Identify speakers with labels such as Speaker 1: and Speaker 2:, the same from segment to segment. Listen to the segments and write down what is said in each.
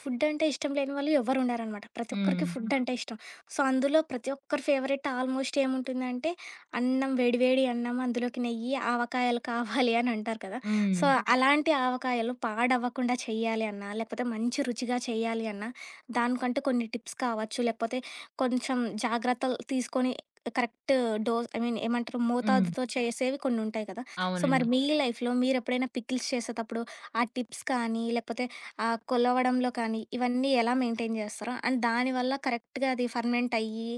Speaker 1: Food అంటే ఇష్టం లేని వాళ్ళు ఎవరు ఉండరనమాట. ప్రతి ఒక్కరికి
Speaker 2: హ్మ్.
Speaker 1: ఫుడ్ అంటే ఇష్టం. అందులో ప్రతి ఒక్కరి ఫేవరెట్ ఆల్మోస్ట్ ఏముంటుందంటే అన్నం వేడి వేడి అన్నం అందులోకి నెయ్యి, ఆవకాయలు కావాలి అని అంటారు కదా! సో,
Speaker 2: హ్మ్.
Speaker 1: హ్మ్. అలాంటి ఆవకాయలు పాడవ్వకుండా చేయాలి అన్నా, లేకపోతే మంచి రుచిగా చేయాలి అన్నా, దానికంటూ కొన్ని టిప్స్ కావచ్చు, లేకపోతే కొంచెం జాగ్రత్తలు తీసుకొని కరెక్ట్ డోస్ ఐ మీన్ ఏమంటారు
Speaker 2: హ్మ్.
Speaker 1: మోతాదుతో చేసేవి కొన్ని ఉంటాయి కదా! మరి
Speaker 2: అవునండి.
Speaker 1: అవును. లైఫ్‌లో మీరెప్పుడైనా పికిల్స్ చేసేటప్పుడు ఆ టిప్స్ కానీ లేకపోతే ఆ కొలవడంలో కానీ, ఇవన్నీ ఎలా మెయింటైన్ చేస్తారో? అండ్ దానివల్ల కరెక్ట్‌గా అది ఫర్మెంట్ అయ్యి,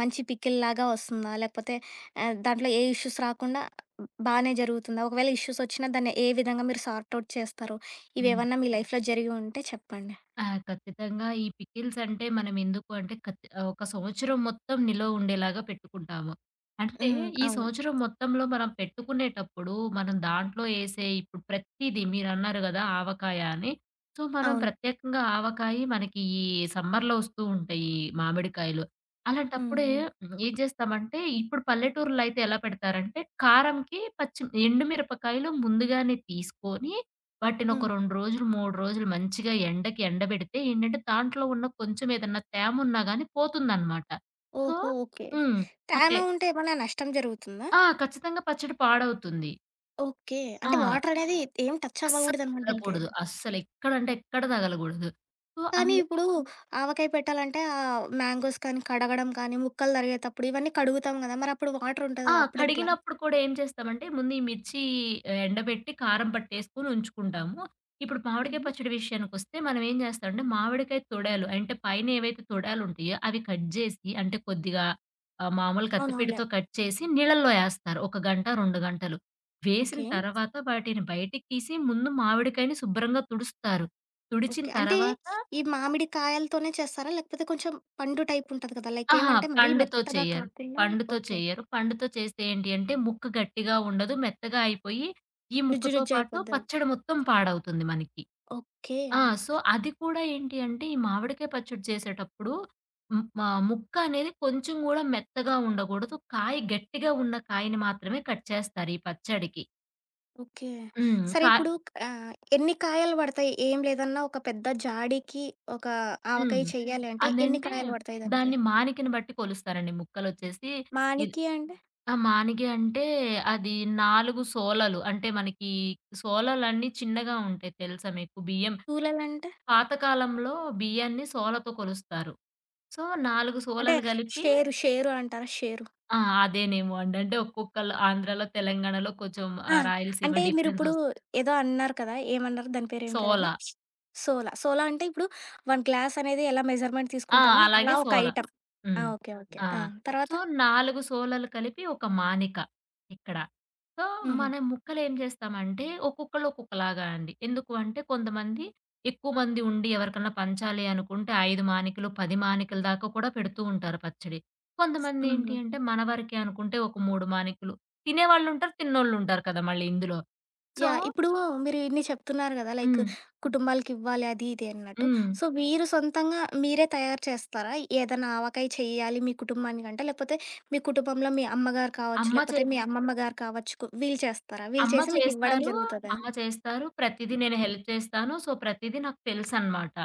Speaker 1: మంచి పికిల్‌లాగా వస్తుందా? లేకపోతే దాంట్లో ఏ ఇష్యూస్ రాకుండా బానే జరుగుతుందా? ఒకవేళ ఇష్యూస్ వచ్చినా దాన్ని ఏ విధంగా మీరు సార్ట్ ఔట్ చేస్తారు?
Speaker 2: హ్మ్.
Speaker 1: ఇవేవన్నా మీ లైఫ్‌లో జరిగి ఉంటే చెప్పండి.
Speaker 2: ఆ! ఖచ్చితంగా ఈ పికిల్స్ అంటే మనం ఎందుకు అంటే ఒక సంవత్సరం మొత్తం నిలువ ఉండేలాగా పెట్టుకుంటాము. అంటే
Speaker 1: హ్మ్.
Speaker 2: ఈ
Speaker 1: అవును.
Speaker 2: సంవత్సరం మొత్తంలో మనం పెట్టుకునేటప్పుడు మనం దాంట్లో ఇప్పుడు ప్రతీది మీరన్నారు గదా! ఆవకాయ అని. సో, మనం
Speaker 1: అవును.
Speaker 2: ప్రత్యేకంగా ఆవకాయి మనకి ఈ సమ్మర్‌లో వస్తూ ఉంటాయి మామిడికాయలు.
Speaker 1: హ్మ్.
Speaker 2: అలాంటప్పుడే
Speaker 1: హ్మ్.
Speaker 2: ఏం చేస్తామంటే ఇప్పుడు పల్లెటూరులో అయితే ఎలా పెడతారంటే కారంకి పచ్చి ఎండుమిరపకాయలు ముందుగానే తీసుకొని వాటినొక
Speaker 1: హ్మ్.
Speaker 2: 2 రోజులు, 3 రోజులు మంచిగా ఎండకి ఎండబెడితే ఏంటంటే, దాంట్లో ఉన్న కొంచెం ఏదన్నా తేమున్నా గానీ పోతుందనమాట. సో
Speaker 1: ఓహో! ఓకే.
Speaker 2: హ్మ్.
Speaker 1: తేమ
Speaker 2: అంటే
Speaker 1: ఉంటే ఏమన్నా నష్టం జరుగుతుందా?
Speaker 2: ఆ! ఖచ్చితంగా పచ్చడి పాడవుతుంది.
Speaker 1: ఓకే.
Speaker 2: ఆ!
Speaker 1: అంటే వాటర్ అనేది ఏం టచ్
Speaker 2: అస్సలు
Speaker 1: అవ్వకూడదనమాట దీనికి.
Speaker 2: తగలకూడదు. అస్సలెక్కడంటే ఎక్కడ తగలగూడదు. సో, అన్
Speaker 1: కానీ ఇప్పుడు ఆవకాయ పెట్టాలంటే మ్యాంగోస్ కానీ, కడగడం కానీ, ముక్కలు తరిగేతప్పుడు ఇవన్నీ కడుగుతాం గదా! మరప్పుడు వాటర్ ఉంటది
Speaker 2: ఆ!
Speaker 1: గదా! అప్పుడెట్లా?
Speaker 2: కడిగినప్పుడు కూడా ఏం చేస్తామంటే, ముందు ఈ మిర్చి ఎండబెట్టి, కారం పట్టేసుకొని ఉంచుకుంటాము. ఇప్పుడు మామిడికాయ
Speaker 1: హుహు.
Speaker 2: పచ్చడి విషయానికొస్తే, మనం ఏం చేస్తామంటే, మామిడికాయ తొడాలు అంటే, పైన ఏవైతే తొడాలుంటాయో, అవి కట్ చేసి అంటే, కొద్దిగా మామూలు
Speaker 1: అవునవునులే.
Speaker 2: కత్తిపీటతో కట్ చేసి నీళ్ళల్లో ఏస్తారు. 1 గంట, 2 గంటలు. వేసిన
Speaker 1: ఓకే.
Speaker 2: తర్వాత వాటిని బయటికి తీసి, ముందు మామిడికాయని శుభ్రంగా తుడుస్తారు. తుడిచిన
Speaker 1: ఓకే. అంటే
Speaker 2: తర్వాత
Speaker 1: ఈ మామిడి కాయలతోనే చేస్తారా? లేకపోతే కొంచెం పండు టైప్ ఉంటది కదా!
Speaker 2: అహా!
Speaker 1: ఏమంటే మరీ ఆ!
Speaker 2: పండుతో
Speaker 1: మెత్తగా
Speaker 2: చెయ్యరు.
Speaker 1: కాకుండా ఓకే.
Speaker 2: పండుతో చేస్తే ఏంటి అంటే ముక్క గట్టిగా ఉండదు. మెత్తగా అయిపోయి ఈ
Speaker 1: నుజ్జు
Speaker 2: ముక్కతో
Speaker 1: నుజ్జు
Speaker 2: పాటు
Speaker 1: అయిపోద్దేమో.
Speaker 2: పచ్చడి మొత్తం పాడవుతుంది మనకి.
Speaker 1: ఓకే.
Speaker 2: ఆ! సో, అది కూడా ఏంటి అంటే ఈ మామిడికాయ పచ్చడి చేసేటప్పుడు ముక్క అనేది కొంచెం గూడా మెత్తగా ఉండకూడదు. కాయ గట్టిగా ఉన్న కాయని మాత్రమే కట్ చేస్తారు ఈ పచ్చడికి.
Speaker 1: ఓకే.
Speaker 2: హ్మ్.
Speaker 1: సరే
Speaker 2: కా
Speaker 1: ఇప్పుడు ఆహ్, ఎన్ని కాయలు పడతాయి? ఏం లేదన్నా ఒక పెద్ద జాడీకి ఒక ఆవకాయ
Speaker 2: హ్మ్.
Speaker 1: చెయ్యాలి అంటే ఎన్ని
Speaker 2: అదంటే
Speaker 1: కాయలు పడతాయి దానికి?
Speaker 2: దాన్ని మానికని బట్టి కొలుస్తారండి ముక్కలొచ్చేసి. ఇద్
Speaker 1: మానికి అంటే?
Speaker 2: ఆ! మానిగ అంటే అది 4 సోలలు. అంటే మనకి సోలలన్నీ చిన్నగా ఉంటాయి తెలుసా మీకు? బియ్యం
Speaker 1: తూలాలంటే?
Speaker 2: పాత కాలంలో బియ్యాన్ని సోలతో కొలుస్తారు. సో, 4
Speaker 1: అంటే
Speaker 2: సోలలు కలిపి
Speaker 1: షేరు, షేరు అంటారా? షేరు.
Speaker 2: ఆ! అదేనేమో అండి. అంటే ఒక్కొక్కళ్ళు ఆంధ్రాలో, తెలంగాణలో కొంచెం
Speaker 1: ఆ!
Speaker 2: రాయలసీమ
Speaker 1: అంటే
Speaker 2: డిఫరెన్స్
Speaker 1: మీరిప్పుడు
Speaker 2: వస్తుంది.
Speaker 1: ఏదో అన్నారు కదా! ఏమన్నారు? దాని పేరు ఏం పేరది?
Speaker 2: సోల.
Speaker 1: సోలా. సోలా అంటే ఇప్పుడు 1 గ్లాస్ అనేది ఎలా మెజర్‌మెంట్
Speaker 2: ఆ!
Speaker 1: తీసుకుంటామో
Speaker 2: అలాగే
Speaker 1: అలా ఒక
Speaker 2: సోల.
Speaker 1: ఐటెమ్. ఆ!
Speaker 2: హ్మ్.
Speaker 1: ఓకే. ఓకే.
Speaker 2: ఆ!
Speaker 1: ఆ! తర్వాత?
Speaker 2: సో, 4 సోలలు కలిపి ఒక మానిక ఇక్కడ. సో,
Speaker 1: హుహు.
Speaker 2: మనం ముక్కలేం చేస్తామంటే ఒక్కొక్కళ్ళు ఒక్కొక్కలాగా అండి. ఎందుకు అంటే కొంతమంది ఎక్కువ మంది ఉండి ఎవరికన్నా పంచాలి అనుకుంటే 5 మానికలు, 10 మానికల దాకా కూడా పెడుతూ ఉంటారు పచ్చడి. కొంతమంది ఏంటి
Speaker 1: హుహు.
Speaker 2: అంటే మన వరకే అనుకుంటే ఒక 3 మానికలు. తినేవాళ్ళుంటారు, తిన్నోళ్ళుంటారు కదా! మళ్ళీ ఇందులో. So
Speaker 1: yeah! ఇప్పుడు మీరు ఇన్ని చెప్తున్నారు కదా!
Speaker 2: హ్మ్.
Speaker 1: కుటుంబాలకివ్వాలి అది ఇది అన్నట్టు.
Speaker 2: హ్మ్.
Speaker 1: మీరు సొంతంగా మీరే తయారు చేస్తారా? ఏదైనా ఆవకాయ చేయాలి మీ కుటుంబానికంటే, లేకపోతే మీ కుటుంబంలో మీ అమ్మగారు కావచ్చు,
Speaker 2: అమ్మ చే
Speaker 1: లేకపోతే మీ అమ్మమ్మ గారు కావచ్చు, వీళ్ళు చేస్తారా? వీళ్ళు
Speaker 2: అమ్మ
Speaker 1: చేసి మీకివ్వడం
Speaker 2: చేస్తారు.
Speaker 1: జరుగుతదా?
Speaker 2: ప్రతీదీ నేను హెల్ప్ చేస్తాను. సో, ప్రతీదీ నాకు తెలుసనమాట.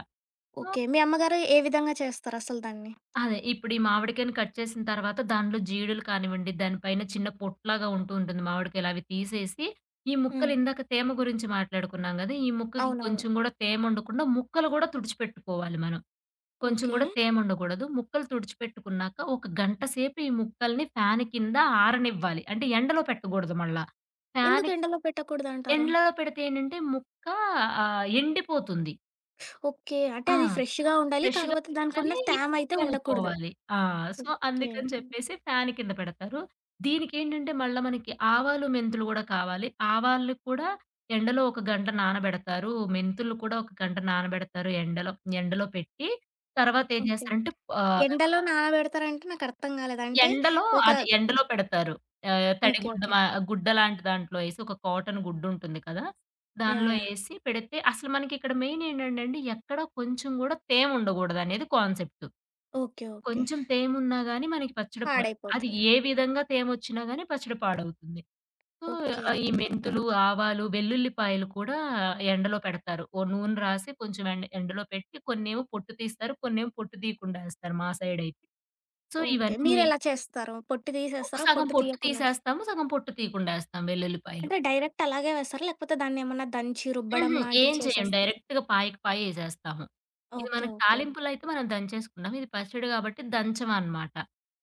Speaker 2: So,
Speaker 1: okay. మీ అమ్మగారు ఏ విధంగా చేస్తారసలు దాన్ని?
Speaker 2: అదే ఇప్పుడు ఈ మామిడికాయని కట్ చేసిన తర్వాత దాంట్లో జీడులు కానివ్వండి, దానిపైన చిన్న పొట్టులాగా ఉంటూ ఉంటుంది మామిడికాయలు. అవి తీసేసి ఈ ముక్కలు
Speaker 1: హ్మ్.
Speaker 2: ఇందాక తేమ గురించి మాట్లాడుకున్నాం గదా! ఈ ముక్కకి
Speaker 1: అవునవును.
Speaker 2: కొంచెం గూడా తేమ ఉండకుండా ముక్కలు గూడా తుడిచిపెట్టుకోవాలి మనం. కొంచెం
Speaker 1: ఓకే.
Speaker 2: గూడా తేమ ఉండకూడదు. ముక్కలు తుడిచిపెట్టుకున్నాక ఒక గంట సేపు ఈ ముక్కల్ని ఫ్యాను కింద ఆరనివ్వాలి. అంటే ఎండలో పెట్టకూడదు మళ్ళా. ఫ్యాన్
Speaker 1: ఎందుకు ఎండలో పెట్టకూడదంటారు?
Speaker 2: ఎండలో పెడితే ఏంటంటే ముక్క ఎండిపోతుంది.
Speaker 1: ఓకే. అంటే
Speaker 2: ఆ!
Speaker 1: అది ఫ్రెష్‌గా ఉండాలి.
Speaker 2: ఫ్రెష్‌గా
Speaker 1: కాకపోతే
Speaker 2: ఉండాలి,
Speaker 1: దానికున్న తేమ అయితే ఉండకూడదు.
Speaker 2: తేలిపోవాలి. ఆ! So,
Speaker 1: okay.
Speaker 2: అందుకని చెప్పేసి ఫ్యాన్ కింద పెడతారు. దీనికేంటంటే మళ్ళా మనకి ఆవాలు, మెంతులు గూడా కావాలి. ఆవాల్ని కూడా ఎండలో ఒక గంట నానబెడతారు. మెంతులు కూడా ఒక గంట నానబెడతారు ఎండలో. ఎండలో పెట్టి తర్వాతేం
Speaker 1: ఓకే.
Speaker 2: చేస్తారంటే ఆహ్
Speaker 1: ఎండలో నానబెడతారంటే నాకర్థం కాలేదు. అంటే
Speaker 2: ఎండలో
Speaker 1: ఒక
Speaker 2: అది ఎండలో పెడతారు. ఆహ్,
Speaker 1: ఓకే.
Speaker 2: తడిగుడ్డ
Speaker 1: ఓకే.
Speaker 2: మా గుడ్డ లాంటి దాంట్లో ఏసి ఒక కాటన్ గుడ్డుంటుంది కదా!
Speaker 1: యాహ్!
Speaker 2: దానిలో
Speaker 1: యాహ్!
Speaker 2: ఏసి పెడితే అసలు మనకిక్కడ మెయిన్ ఏంటంటేండి ఎక్కడ కొంచెం గూడా తేముండగూడదనేది కాన్సెప్ట్.
Speaker 1: ఓకే. ఓకే.
Speaker 2: కొంచెం తేమున్నా గాని మనకి పచ్చడి పా అది
Speaker 1: పాడైపోతది.
Speaker 2: ఏ విధంగా తేమొచ్చినా గాని పచ్చడి పాడవుతుంది. So,
Speaker 1: okay.
Speaker 2: ఈ మెంతులు, ఆవాలు, వెల్లుల్లిపాయలు కూడా ఎండలో పెడతారు. ఓ నూనె రాసి కొంచెం ఎండలో పెట్టి కొన్నేమో పొట్టు తీస్తారు. కొన్నేమో పొట్టు తీయకుండా ఏస్తారు మా సైడయితే. So,
Speaker 1: okay.
Speaker 2: ఇవన్నీ
Speaker 1: మీరెలా చేస్తారు? పొట్టు తీసేస్తారా?
Speaker 2: సగం
Speaker 1: పొట్టు
Speaker 2: పొట్టు
Speaker 1: తీయకుండా
Speaker 2: తీసేస్తాము. సగం పొట్టు తీయకుండా ఏస్తాం వెల్లుల్లిపాయలు.
Speaker 1: అంటే డైరెక్ట్ అలాగే వేస్తారా? లేకపోతే దాన్నేమన్నా దంచి రుబ్బడం
Speaker 2: హుహు. ఏం
Speaker 1: లాంటివి
Speaker 2: చేయం
Speaker 1: చేసేస్తారా?
Speaker 2: డైరెక్ట్‌గా పాయకి పాయేసేస్తాము. ఇది
Speaker 1: ఓకే.
Speaker 2: మనకి
Speaker 1: ఓకే.
Speaker 2: తాలింపులైతే మనం దంచేసుకున్నాం. ఇది పచ్చడి కాబట్టి దంచమనమాట.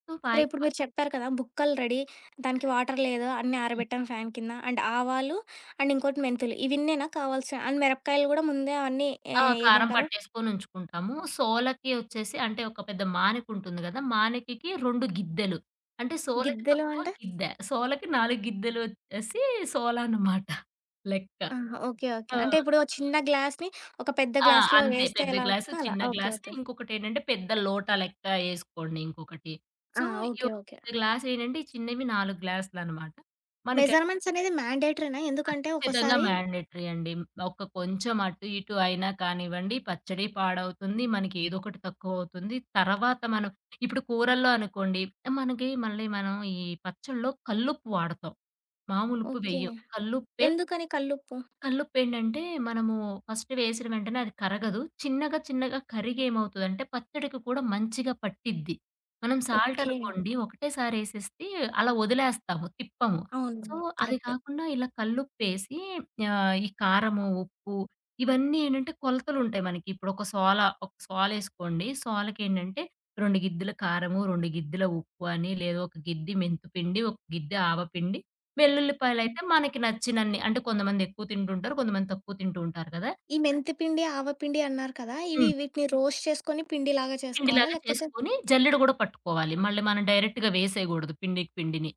Speaker 2: సో,
Speaker 1: సరే
Speaker 2: పాయకి
Speaker 1: ఇప్పుడు
Speaker 2: పా
Speaker 1: మీరు చెప్పారు కదా! బుక్కలు రెడీ, దానికి వాటర్ లేదు, అన్నీ
Speaker 2: హ్మ్.
Speaker 1: ఆరబెట్టాం ఫ్యాన్ కింద. అండ్ ఆవాలు, అండ్ ఇంకోటి మెంతులు. ఇవిన్నేనా కావాల్సిన? అండ్ మిరపకాయలు గూడా ముందే అవన్నీ ఏ
Speaker 2: ఆ! కారం
Speaker 1: ఏమంటారు?
Speaker 2: పట్టేసుకొని ఉంచుకుంటాము. సోలకి వచ్చేసి అంటే ఒక పెద్ద మానికుంటుంది గదా! మానికకి 2 గిద్దెలు. అంటే సోలకి
Speaker 1: గిద్దెలు
Speaker 2: తక్కువ
Speaker 1: అంటే?
Speaker 2: గిద్దె. సోలకి 4 గిద్దెలు వచ్చేసి సోల అనమాట లెక్క.
Speaker 1: ఆహా! ఓకే. ఓకే.
Speaker 2: ఆ!
Speaker 1: అంటే ఇప్పుడు ఒక చిన్న గ్లాస్‌ని ఒక పెద్ద
Speaker 2: ఆ!
Speaker 1: గ్లాస్‌లో
Speaker 2: అంతే.
Speaker 1: వేస్తే
Speaker 2: పెద్ద
Speaker 1: ఎలా
Speaker 2: గ్లాసు,
Speaker 1: వస్తదో అలా.
Speaker 2: చిన్న
Speaker 1: ఓకే.
Speaker 2: Glass
Speaker 1: okay.
Speaker 2: ఇంకొకటేంటంటే పెద్ద లోటా లెక్క ఏసుకోండి ఇంకొకటి.
Speaker 1: ఆ!
Speaker 2: సో, ఈ
Speaker 1: ఓకే.
Speaker 2: ఒక
Speaker 1: ఓకే.
Speaker 2: పెద్ద గ్లాసేంటంటే ఈ చిన్నవి 4 గ్లాసులనమాట. మనకి
Speaker 1: మెజర్మెంట్స్ అనేది మ్యాండేటరీనా? ఎందుకంటే
Speaker 2: ఖచ్చితంగా
Speaker 1: ఒక్కోసారి
Speaker 2: మ్యాండేటరీ అండి. ఒక్క కొంచెం అటు ఇటు అయినా కానివ్వండి, పచ్చడి పాడవుతుంది. మనకి ఏదోకటి తక్కువవుతుంది. తర్వాత మనం ఇప్పుడు కూరల్లో అనుకోండి, మనకి మళ్ళీ మనం ఈ పచ్చడిలో కల్లుప్పు వాడతాం. మామూలుప్పు
Speaker 1: ఓకే.
Speaker 2: వెయ్యం.
Speaker 1: ఎందుకని కల్లుప్పు?
Speaker 2: కల్లుప్పేంటంటే, మనము ఫస్ట్ వేసిన వెంటనే అది కరగదు. చిన్నగా, చిన్నగా కరిగి ఏమవుతదంటే, పచ్చడికి కూడా మంచిగా పట్టిద్ది. మనం సాల్ట్
Speaker 1: ఓకే.
Speaker 2: అనుకోండి, ఒకటేసారి ఏసేసి అలా వదిలేస్తాము, తిప్పము. సో,
Speaker 1: అవునవును.
Speaker 2: అది
Speaker 1: కరెక్ట్.
Speaker 2: కాకుండా ఇలా కల్లుప్పేసి ఈ కారము, ఉప్పు ఇవన్నీ ఏంటంటే, కొలతలుంటాయి మనకి. ఇప్పుడు ఒక సోల, ఒక సోలేసుకోండి. సోలకేంటంటే, 2 గిద్దెల కారము, 2 గిద్దెల ఉప్పు అని, లేదా ఒక గిద్ది మెంతుపిండి, ఒక గిద్ది ఆవపిండి
Speaker 1: హ్మ్.
Speaker 2: వెల్లుల్లిపాయలయితే మనకి నచ్చినన్ని అంటే కొంతమంది ఎక్కువ తింటుంటారు. కొంతమంది తక్కువ తింటూ ఉంటారు కదా!
Speaker 1: ఈ మెంతి పిండి, ఆవ పిండి అన్నారు కదా! ఇవి
Speaker 2: హ్మ్.
Speaker 1: వీటిని రోస్ట్ చేసుకొని పిండిలాగా చేసుకోవాలా?
Speaker 2: పిండిలాగా
Speaker 1: లేకపోతే
Speaker 2: చేసుకొని జల్లెడ గూడా పట్టుకోవాలి. మళ్ళీ మనం డైరెక్ట్‌గా వేసేయగూడదు పిండికి పిండిని.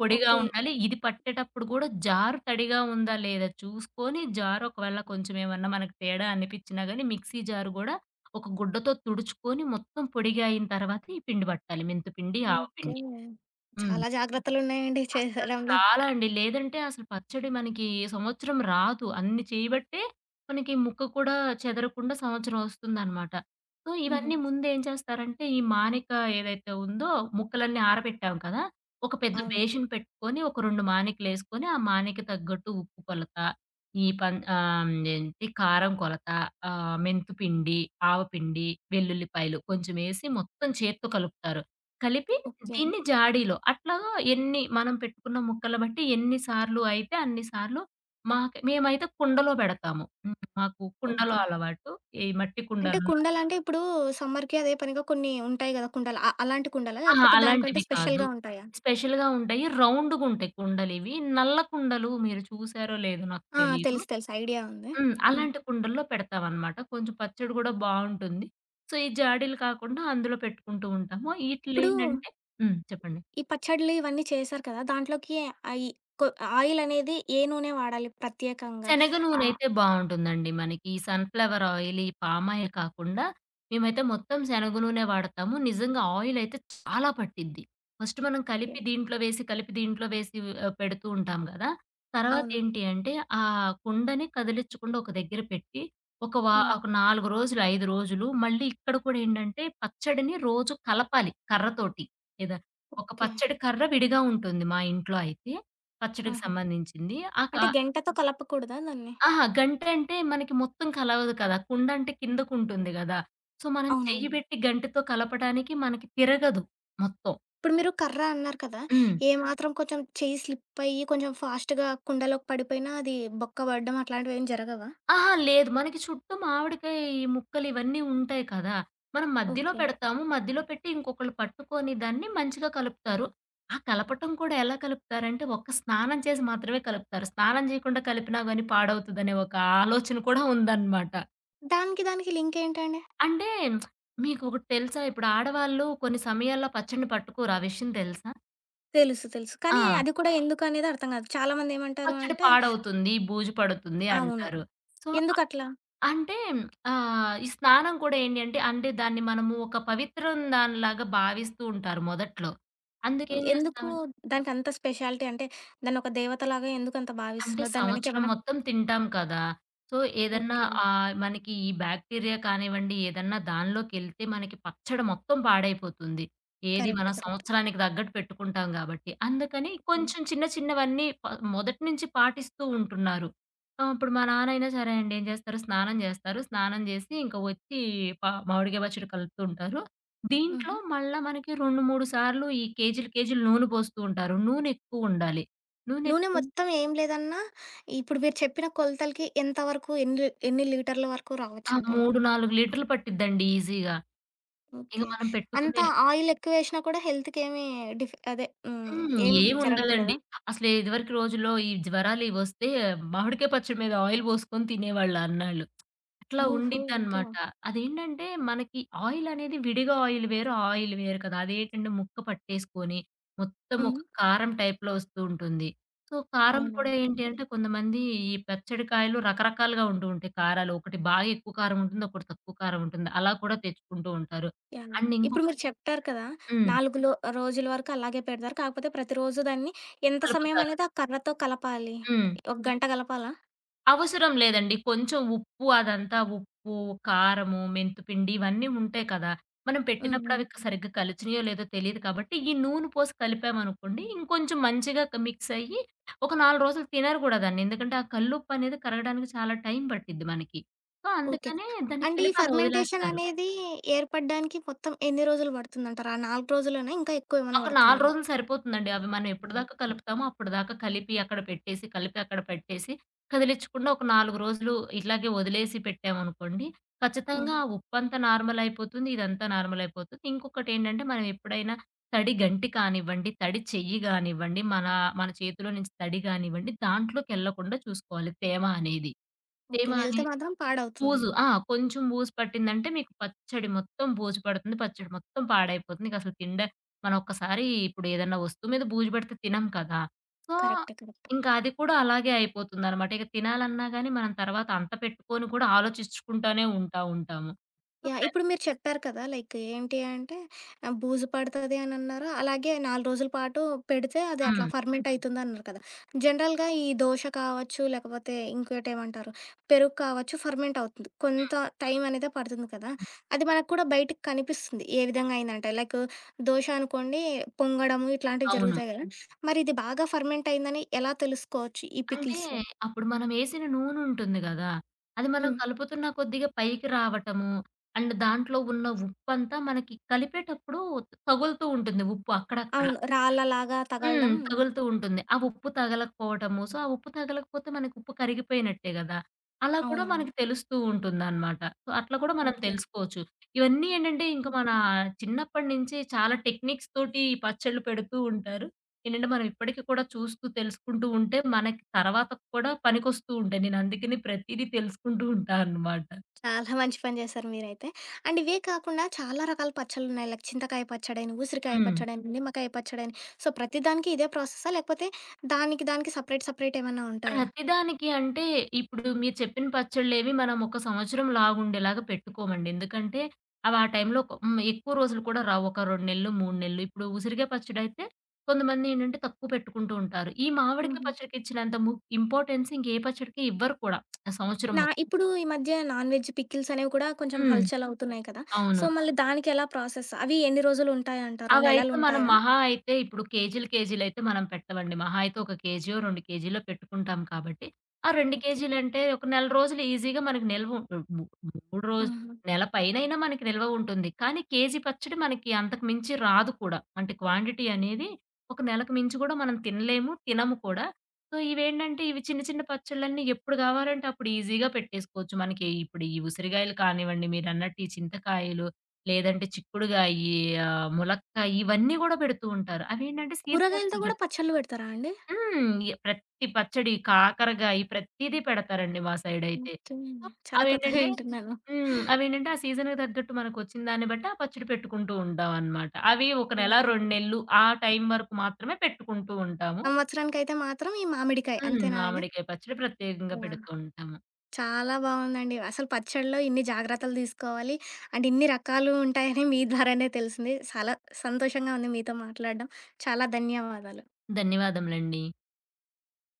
Speaker 2: పొడిగా
Speaker 1: ఓకే.
Speaker 2: ఉండాలి. ఇది పట్టేటప్పుడు గూడా జారు తడిగా ఉందా లేదా చూసుకొని జారు ఒకవేళ కొంచెం ఏమన్నా మనకు తేడా అనిపిచ్చినా గానీ మిక్సీ జారు గూడా ఒక గుడ్డతో తుడుచుకొని మొత్తం పొడిగా అయిన తర్వాత ఈ పిండి పట్టాలి. మెంతుపిండి,
Speaker 1: ఓకే.
Speaker 2: ఆవపిండి. హ్మ్.
Speaker 1: చాలా జాగ్రత్తలున్నాయండి
Speaker 2: అస్సలు
Speaker 1: చేసడంలో.
Speaker 2: చాలా అండి. లేదంటే అసలు పచ్చడి మనకి సంవత్సరం రాదు. అన్ని చేయబట్టే మనకి ముక్క కూడా చెదరకుండా సంవత్సరం వస్తుందనమాట. సో,
Speaker 1: హుహు.
Speaker 2: ఇవన్నీ ముందేం చేస్తారంటే, ఈ మానిక ఏదైతే ఉందో ముక్కలన్నీ ఆరబెట్టాం కదా! ఒక పెద్ద
Speaker 1: అవును.
Speaker 2: బేషన్ పెట్టుకొని, ఒక 2 మానికలేసుకొని, ఆ మానిక తగ్గట్టు ఉప్పు కొలత, ఈ పం ఆహ్, ఏంటి కారం కొలత, మెంతు పిండి, ఆవపిండి, వెల్లుల్లిపాయలు కొంచెం ఏసి మొత్తం చేత్తో కలుపుతారు. కలిపి
Speaker 1: ఓకే.
Speaker 2: దీన్ని జాడీలో అట్లాగా ఎన్ని మనం పెట్టుకున్న ముక్కలు బట్టి ఎన్ని సార్లు అయితే అన్ని సార్లు మాకు మేమైతే కుండలో పెడతాము. హ్మ్. మాకు కుండలో
Speaker 1: ఓకే.
Speaker 2: అలవాటు. ఈ మట్టి
Speaker 1: అంటే
Speaker 2: కుండలు
Speaker 1: కుండలంటే ఇప్పుడు సమ్మర్‌కి అదే పనిగా కొన్ని ఉంటాయి గదా! కుండలు. అలాంటి కుండలా?
Speaker 2: అహా!
Speaker 1: లేకపోతే దానికంటే
Speaker 2: అలాంటివి కాదు.
Speaker 1: స్పెషల్‌గా ఉంటాయా?
Speaker 2: స్పెషల్‌గా ఉంటాయి. రౌండ్‌గుంటాయి కుండలివి. నల్ల కుండలు మీరు చూసారో లేదో నాకు
Speaker 1: ఆ!
Speaker 2: తెలీదు.
Speaker 1: తెలుసు. తెలుసు. ఐడియా ఉంది.
Speaker 2: హ్మ్.
Speaker 1: హ్మ్.
Speaker 2: అలాంటి కుండల్లో పెడతామనమాట. కొంచెం పచ్చడి గూడా బావుంటుంది. సో, ఈ జాడీలు కాకుండా అందులో పెట్టుకుంటూ ఉంటాము.
Speaker 1: ఇప్పుడు
Speaker 2: ఈట్లేంటంటే హ్మ్. చెప్పండి.
Speaker 1: ఈ పచ్చడ్లు ఇవన్నీ చేశారు కదా! దాంట్లోకి అయి కొ ఆయిలనేది ఏ నూనె వాడాలి ప్రత్యేకంగా?
Speaker 2: శనగ
Speaker 1: ఆహ్,
Speaker 2: నూనెయితే బావుంటుందండి మనకి. ఈ సన్‌ఫ్లవర్ ఆయిల్, ఈ పామ్ ఆయిల్ కాకుండా మేమైతే మొత్తం శనగ నూనె వాడతాము. నిజంగా ఆయిలయితే చాలా పట్టిద్ది. ఫస్ట్ మనం
Speaker 1: ఓకే.
Speaker 2: కలిపి దీంట్లో వేసి, పెడుతూ ఉంటాం గదా!
Speaker 1: అవును.
Speaker 2: తర్వాతేంటి అంటే ఆ కుండని కదిలిచ్చకుండా ఒక దగ్గర పెట్టి
Speaker 1: హ్మ్.
Speaker 2: ఒక 4 రోజులు, 5 రోజులు మళ్ళీ ఇక్కడ కూడా ఏంటంటే పచ్చడిని రోజు కలపాలి కర్రతోటి. లేదా ఒక
Speaker 1: ఓకే.
Speaker 2: పచ్చడి కర్ర విడిగా ఉంటుంది మా ఇంట్లో అయితే పచ్చడికి
Speaker 1: ఆహా!
Speaker 2: సంబంధించింది. ఆ క
Speaker 1: అంటే గెంటతో కలపకూడదా దాన్ని?
Speaker 2: అహా! గంటంటే మనకి మొత్తం కలవదు కదా! కుండంటే కిందకుంటుంది గదా! సో, మనం చెయ్యి
Speaker 1: అవునవును.
Speaker 2: బెట్టి గంటెతో కలపడానికి మనకి తిరగదు మొత్తం.
Speaker 1: ఇప్పుడు మీరు కర్ర అన్నారు కదా!
Speaker 2: హ్మ్.
Speaker 1: ఏమాత్రం కొంచెం చెయ్యి స్లిప్ అయ్యి కొంచెం ఫాస్ట్‌గా కుండలోకి పడిపోయినా అది బొక్క పడడం అట్లాంటివేం జరగవా?
Speaker 2: అహా! లేదు. మనకి చుట్టూ మామిడికాయ ఈ ముక్కలు ఇవన్నీ ఉంటాయి కదా! మనం మధ్యలో
Speaker 1: ఓకే.
Speaker 2: పెడతాము. మధ్యలో పెట్టి ఇంకొకళ్ళు పట్టుకొని దాన్ని మంచిగా కలుపుతారు. ఆ కలపటం కూడా ఎలా కలుపుతారంటే ఒక్క స్నానం చేసి మాత్రమే కలుపుతారు. స్నానం జేయకుండా కలిపినా గాని పాడవుతదనే ఒక ఆలోచన కూడా ఉందనమాట.
Speaker 1: దానికి దానికి లింకేంటండి?
Speaker 2: అంటే మీకొకటి తెలుసా? ఇప్పుడు ఆడవాళ్ళు కొన్ని సమయాల్లో పచ్చడిని పట్టుకోరు. ఆ విషయం తెలుసా?
Speaker 1: తెలుసు. తెలుసు. కానీ
Speaker 2: ఆ!
Speaker 1: అది కూడా ఎందుకనేది అర్థం కాదు. చాలామందేమంటారు
Speaker 2: పచ్చడి
Speaker 1: అంటే
Speaker 2: పాడవుతుంది, బూజు పడుతుంది
Speaker 1: అవును.
Speaker 2: అంటారు. సో,
Speaker 1: ఎందుకట్లా?
Speaker 2: అంటే ఈ స్నానం కూడా ఏంటి అంటే, అంటే దాన్ని మనము ఒక పవిత్రం దానిలాగా భావిస్తూ ఉంటారు మొదట్లో.
Speaker 1: హ్మ్.
Speaker 2: అందుకేం చేస్తాం
Speaker 1: ఎందుకు దానికంత స్పెషాలిటీ అంటే దాన్నొక దేవతలాగా ఎందుకంత
Speaker 2: అంటే
Speaker 1: భావిస్తున్నారు? దాని
Speaker 2: సంవత్సరం
Speaker 1: వెనకేమన్నా
Speaker 2: మొత్తం తింటాం కదా! సో, ఏదన్నా
Speaker 1: ఓకే.
Speaker 2: మనకి ఈ బ్యాక్టీరియా కానివ్వండి, ఏదన్నా దానిలోకెళ్తే మనకి పచ్చడి మొత్తం పాడైపోతుంది. ఏది
Speaker 1: కరెక్ట్.
Speaker 2: మనం
Speaker 1: కరెక్ట్.
Speaker 2: సంవత్సరానికి తగ్గట్టు పెట్టుకుంటాం గాబట్టి. అందుకని
Speaker 1: హ్మ్.
Speaker 2: కొంచెం చిన్న చిన్నవన్నీ మొదటి నుంచి పాటిస్తూ ఉంటున్నారు. ఇప్పుడు మా నాన్నయినా సరే అండి ఏం చేస్తారు, స్నానం చేస్తారు. స్నానం చేసి ఇంక వచ్చి ప మామిడికాయ పచ్చడి కలుపుతూ ఉంటారు. దీంట్లో
Speaker 1: హుహు.
Speaker 2: మళ్ళా మనకి 2, 3 సార్లు ఈ కేజీలు కేజీలు నూనె పోస్తూ ఉంటారు. నూనె ఎక్కువుండాలి. నూనె
Speaker 1: నూనె
Speaker 2: ఎక్కువ
Speaker 1: మొత్తం ఏం లేదన్నా ఇప్పుడు మీరు చెప్పిన కొలతలకి ఎంత వరకు ఎన్ని ఎన్ని లీటర్ల వరకు
Speaker 2: ఆ!
Speaker 1: రావచ్చంటారు?
Speaker 2: 3, 4 లీటర్లు పట్టిద్దండి ఈజీగా. ఇక
Speaker 1: ఓకే.
Speaker 2: మనం
Speaker 1: అంత
Speaker 2: పెట్టుకునే
Speaker 1: ఆయిలెక్కువేషినా కూడా హెల్త్‌కేమి డిఫ్ అదే హ్మ్.
Speaker 2: హ్మ్.
Speaker 1: ఏం జరగదు
Speaker 2: ఏముండదండి.
Speaker 1: కదా!
Speaker 2: అసలు ఇదివరకు రోజుల్లో ఈ జ్వరాలు ఇవొస్తే మామిడికాయ పచ్చడి మీద ఆయిల్ పోసుకొని తినేవాళ్ళు అన్నాళ్ళు. అట్లా
Speaker 1: ఓహో! ఓకే.
Speaker 2: ఉండిద్దనమాట. అదేంటంటే మనకి ఆయిలనేది విడిగా ఆయిల్ వేరు, ఆ ఆయిల్ వేరు కదా! అదేంటంటే ముక్క పట్టేసుకొని మొత్తం
Speaker 1: హ్మ్.
Speaker 2: ఒక కారం టైప్‌లో వస్తూ ఉంటుంది. సో, కారం హ్మ్. కూడా
Speaker 1: అవునవును.
Speaker 2: ఏంటి
Speaker 1: కరెక్టే.
Speaker 2: అంటే కొంతమంది ఈ పచ్చడికాయలు రకరకాలుగా ఉంటూ ఉంటాయి కారాలు. ఒకటి బాగా ఎక్కువ కారం ఉంటుంది. ఒకటి తక్కువ కారం ఉంటుంది. అలా కూడా తెచ్చుకుంటూ ఉంటారు.
Speaker 1: యాహ్!
Speaker 2: అండ్
Speaker 1: ఇప్పుడు
Speaker 2: ఇంకొకటి
Speaker 1: మీరు చెప్పారు కదా!
Speaker 2: హ్మ్.
Speaker 1: 4 లో రోజుల వరకు అలాగే పెడతారు. కాకపోతే ప్రతిరోజు దాన్ని ఎంత సమయం
Speaker 2: కలుపుతారు.
Speaker 1: అనేది ఆ కర్రతో కలపాలి?
Speaker 2: హ్మ్.
Speaker 1: ఒక గంట కలపాలా?
Speaker 2: అవసరం లేదండి. కొంచెం ఉప్పు అదంతా ఉప్పు, కారము, మెంతిపిండి ఇవన్నీ ఉంటాయి కదా! మనం
Speaker 1: హ్మ్.
Speaker 2: పెట్టినప్పుడు
Speaker 1: హ్మ్.
Speaker 2: అవి సరిగ్గా కలిసినాయో లేదో తెలీదు కాబట్టి, ఈ నూనె పోసి కలిపామనుకోండి ఇంకొంచెం మంచిగా మిక్స్ అయ్యి ఒక 4 రోజులు తినరు కూడా దాన్ని. ఎందుకంటే ఆ కల్లుప్పు అనేది కరగడానికి చాలా టైం పట్టిద్ది మనకి. So,
Speaker 1: okay.
Speaker 2: అందుకనే దాన్ని
Speaker 1: అంటే ఈ
Speaker 2: కలిపి అలా
Speaker 1: ఫర్మెంటేషన్
Speaker 2: వదిలేస్తారు.
Speaker 1: అనేది ఏర్పడడానికి మొత్తం ఎన్ని రోజులు పడుతుందంటారు? ఆ 4 రోజులేనా? ఇంకా ఎక్కువేమైనా
Speaker 2: ఒక 4
Speaker 1: పడుతుందా?
Speaker 2: రోజులు సరిపోతుందండి. అవి మనం ఎప్పటిదాకా కలుపుతామో అప్పటిదాకా కలిపి అక్కడ పెట్టేసి, కదిలిచ్చకుండా ఒక 4 రోజులు ఇట్లాగే వదిలేసి పెట్టామనుకోండి,
Speaker 1: హ్మ్.
Speaker 2: ఖచ్చితంగా ఆ ఉప్పంతా నార్మల్ అయిపోతుంది. ఇదంతా నార్మల్ అయిపోతుంది. ఇంకొకటేంటంటే మనం ఎప్పుడైనా తడి గంటి కానివ్వండి, తడి చెయ్యి గానివ్వండి, మన మన చేతిలో నుంచి తడి గానివ్వండి, దాంట్లోకెళ్ళకుండా చూసుకోవాలి తేమ అనేది. తేమ
Speaker 1: ఓకే. వెళ్తే
Speaker 2: అనేది
Speaker 1: మాత్రం పాడవుతుంది.
Speaker 2: బూజు. ఆ! కొంచెం బూజు పట్టిందంటే మీకు పచ్చడి మొత్తం బూజు పడుతుంది. పచ్చడి మొత్తం పాడైపోతుంది. నీకసలు తినడా మనం ఒక్కసారి ఇప్పుడు ఏదన్నా వస్తువు మీద బూజు పడితే తినం కదా! సో,
Speaker 1: కరెక్టే. కరెక్ట్.
Speaker 2: ఇంకా అది కూడా అలాగే అయిపోతుందనమాట. ఇక తినాలన్నా గాని మనం తర్వాత అంత పెట్టుకొని కూడా ఆలోచించుకుంటానే ఉంటాము. So,
Speaker 1: yeah!
Speaker 2: ప్ర
Speaker 1: ఇప్పుడు మీరు చెప్పారు కదా! లైక్ ఏంటి అంటే ఆహ్, బూజు పడతది అనన్నారు. అలాగే 4 రోజుల పాటు పెడితే అది అట్లా
Speaker 2: హ్మ్.
Speaker 1: ఫర్మెంట్ అయితుందన్నారు కదా! జనరల్‌గా ఈ దోస కావచ్చు, లేకపోతే ఇంకోటేమంటారు పెరుగు కావచ్చు ఫర్మెంట్ అవుతుంది. కొంత టైం అనేది పడుతుంది కదా! అది మనకు కూడా బయటికి కనిపిస్తుంది. ఏ విధంగా అయిందంటే దోస అనుకోండి పొంగడము ఇట్లాంటివి
Speaker 2: అవును.
Speaker 1: జరుగుతాయి కదా! మరి ఇది బాగా ఫర్మెంట్ అయిందని ఎలా తెలుసుకోవచ్చు ఈ
Speaker 2: అంటే
Speaker 1: పికిల్స్‌లో?
Speaker 2: అప్పుడు మనం ఏసిన నూనుంటుంది గదా! అది మనం
Speaker 1: హ్మ్.
Speaker 2: కలుపుతున్న కొద్దిగా పైకి రావటము, అండ్ దాంట్లో ఉన్న ఉప్పంతా మనకి కలిపేటప్పుడు తగులుతూ ఉంటుంది ఉప్పు అక్కడక్కడ.
Speaker 1: అవును. రాళ్ళలాగా
Speaker 2: హ్మ్.
Speaker 1: తగలడం.
Speaker 2: తగులుతూ ఉంటుంది. ఆ ఉప్పు తగలకపోవటము. సో, ఆ ఉప్పు తగలకపోతే మనకు ఉప్పు కరిగిపోయినట్టే గదా! అలా కూడా
Speaker 1: అవునవును.
Speaker 2: మనకు తెలుస్తూ ఉంటుందనమాట. సో, అట్లా కూడా మనం తెలుసుకోవచ్చు. ఇవన్నీ ఏంటంటే ఇంక మన
Speaker 1: ఓకే.
Speaker 2: చిన్నప్పటి నుంచి చాలా టెక్నిక్స్ తోటి ఈ పచ్చళ్ళు పెడుతూ ఉంటారు. ఏంటంటే మనం ఇప్పటికి కూడా చూస్తూ తెలుసుకుంటూ ఉంటే మనకి తర్వాత కూడా పనికొస్తూ ఉంటాయి. నేను అందుకని ప్రతీదీ తెలుసుకుంటూ ఉంటా అనమాట.
Speaker 1: చాలా మంచి పని చేశారు మీరైతే. అండ్ ఇవే కాకుండా చాలా రకాల పచ్చళ్ళున్నాయి. లైక్ చింతకాయ పచ్చడని, ఊసిరికాయ
Speaker 2: హ్మ్.
Speaker 1: పచ్చడని, నిమ్మకాయ పచ్చడని. ప్రతి దానికి ఇదే ప్రాసెసా? లేకపోతే దానికి దానికి సెపరేట్ సెపరేట్ ఏమన్నా ఉంటాయా?
Speaker 2: ప్రతిదానికి అంటే ఇప్పుడు మీరు చెప్పిన పచ్చళ్ళేవి మనం ఒక సంవత్సరం లాగుండేలాగా పెట్టుకోమండి. ఎందుకంటే అవి ఆ టైంలో ఒక హ్మ్. ఎక్కువ రోజులు కూడా రావు. ఒక 2 నెలలు, 3 నెలలు. ఇప్పుడు ఉసిరికాయ పచ్చడైతే కొంతమంది ఏంటంటే తక్కువ పెట్టుకుంటూ ఉంటారు. ఈ మామిడికాయ
Speaker 1: హుహు.
Speaker 2: పచ్చడికి ఇచ్చినంత ము ఇంపార్టెన్స్ ఇంకే పచ్చడికి ఇవ్వరు కూడా. ఆ సంవత్సరం మొత్తం.
Speaker 1: ఇప్పుడు ఈ మధ్య నాన్ వెజ్ పికిల్స్ అనేవి కూడా కొంచెం
Speaker 2: హ్మ్.
Speaker 1: హల్చలవుతున్నాయి కదా!
Speaker 2: అవును.
Speaker 1: మళ్ళీ దానికెలా ప్రాసెస్? అవి ఎన్ని రోజులుంటాయంటారు?
Speaker 2: అవైతే మనం
Speaker 1: నెలలుంటాయా?
Speaker 2: మహా అయితే ఇప్పుడు కేజీలు, కేజీలయితే మనం పెట్టవండి. మహా అయితే 1 కేజీయో, 2 కేజీలో పెట్టుకుంటాం కాబట్టి, ఆ 2
Speaker 1: ఓకే.
Speaker 2: కేజీలంటే ఒక నెల రోజులు ఈజీగా మనకు నిల్వ ఉ ము 3 రోజులు
Speaker 1: హుహు.
Speaker 2: నెల పైనైనా మనకి నిల్వ ఉంటుంది. కానీ కేజీ పచ్చడి మనకి అంతకు మించి రాదు కూడా. అంటే క్వాంటిటీ అనేది ఒక నెలకు మించి గూడా మనం తినలేము, తినము కూడా. సో, ఇవేంటంటే ఇవి చిన్న చిన్న పచ్చళ్ళన్నీ ఎప్పుడు గావాలంటే అప్పుడు ఈజీగా పెట్టేసుకోవచ్చు. మనకి ఇప్పుడు ఈ ఉసిరిగాయలు కానివ్వండి, మీరన్నట్టు ఈ చింతకాయలు లేదంటే చిక్కుడుగాయి, ములక్కాయ ఇవన్నీ గూడా పెడుతూ ఉంటారు. అవేంటంటే సీజనల్
Speaker 1: కూరగాయలతో కూడా
Speaker 2: అన్నట్టు.
Speaker 1: పచ్చళ్ళు పెడతారా అండి?
Speaker 2: హ్మ్. ప్రతి పచ్చడి, కాకరకాయి ప్రతీదీ పెడతారండి మా సైడయితే.
Speaker 1: ఓకే. చాలా కొత్తగా
Speaker 2: అవేంటంటే
Speaker 1: వింటున్నాను.
Speaker 2: హ్మ్. అవేంటంటే ఆ సీజన్‌కి తగ్గట్టు మనకొచ్చిన దాన్ని బట్టి ఆ పచ్చడి పెట్టుకుంటూ ఉంటామనమాట. అవి ఒక నెల,
Speaker 1: యాహ్!
Speaker 2: 2 నెలలు ఆ టైం వరకు మాత్రమే పెట్టుకుంటూ ఉంటాము.
Speaker 1: సంవత్సరానికైతే మాత్రం ఈ మామిడికాయ
Speaker 2: హ్మ్.
Speaker 1: అంతేనా అండి?
Speaker 2: మామిడికాయ పచ్చడి ప్రత్యేకంగా
Speaker 1: యాహ్!
Speaker 2: పెడుతూ ఉంటాము.
Speaker 1: చాలా బావుందండి. అసలు పచ్చడిలో ఇన్ని జాగ్రత్తలు తీసుకోవాలి. అండ్ ఇన్ని రకాలు ఉంటాయని మీ ద్వారానే తెలిసింది. చాలా సంతోషంగా ఉంది మీతో మాట్లాడడం. చాలా ధన్యవాదాలు.
Speaker 2: ధన్యవాదములండి.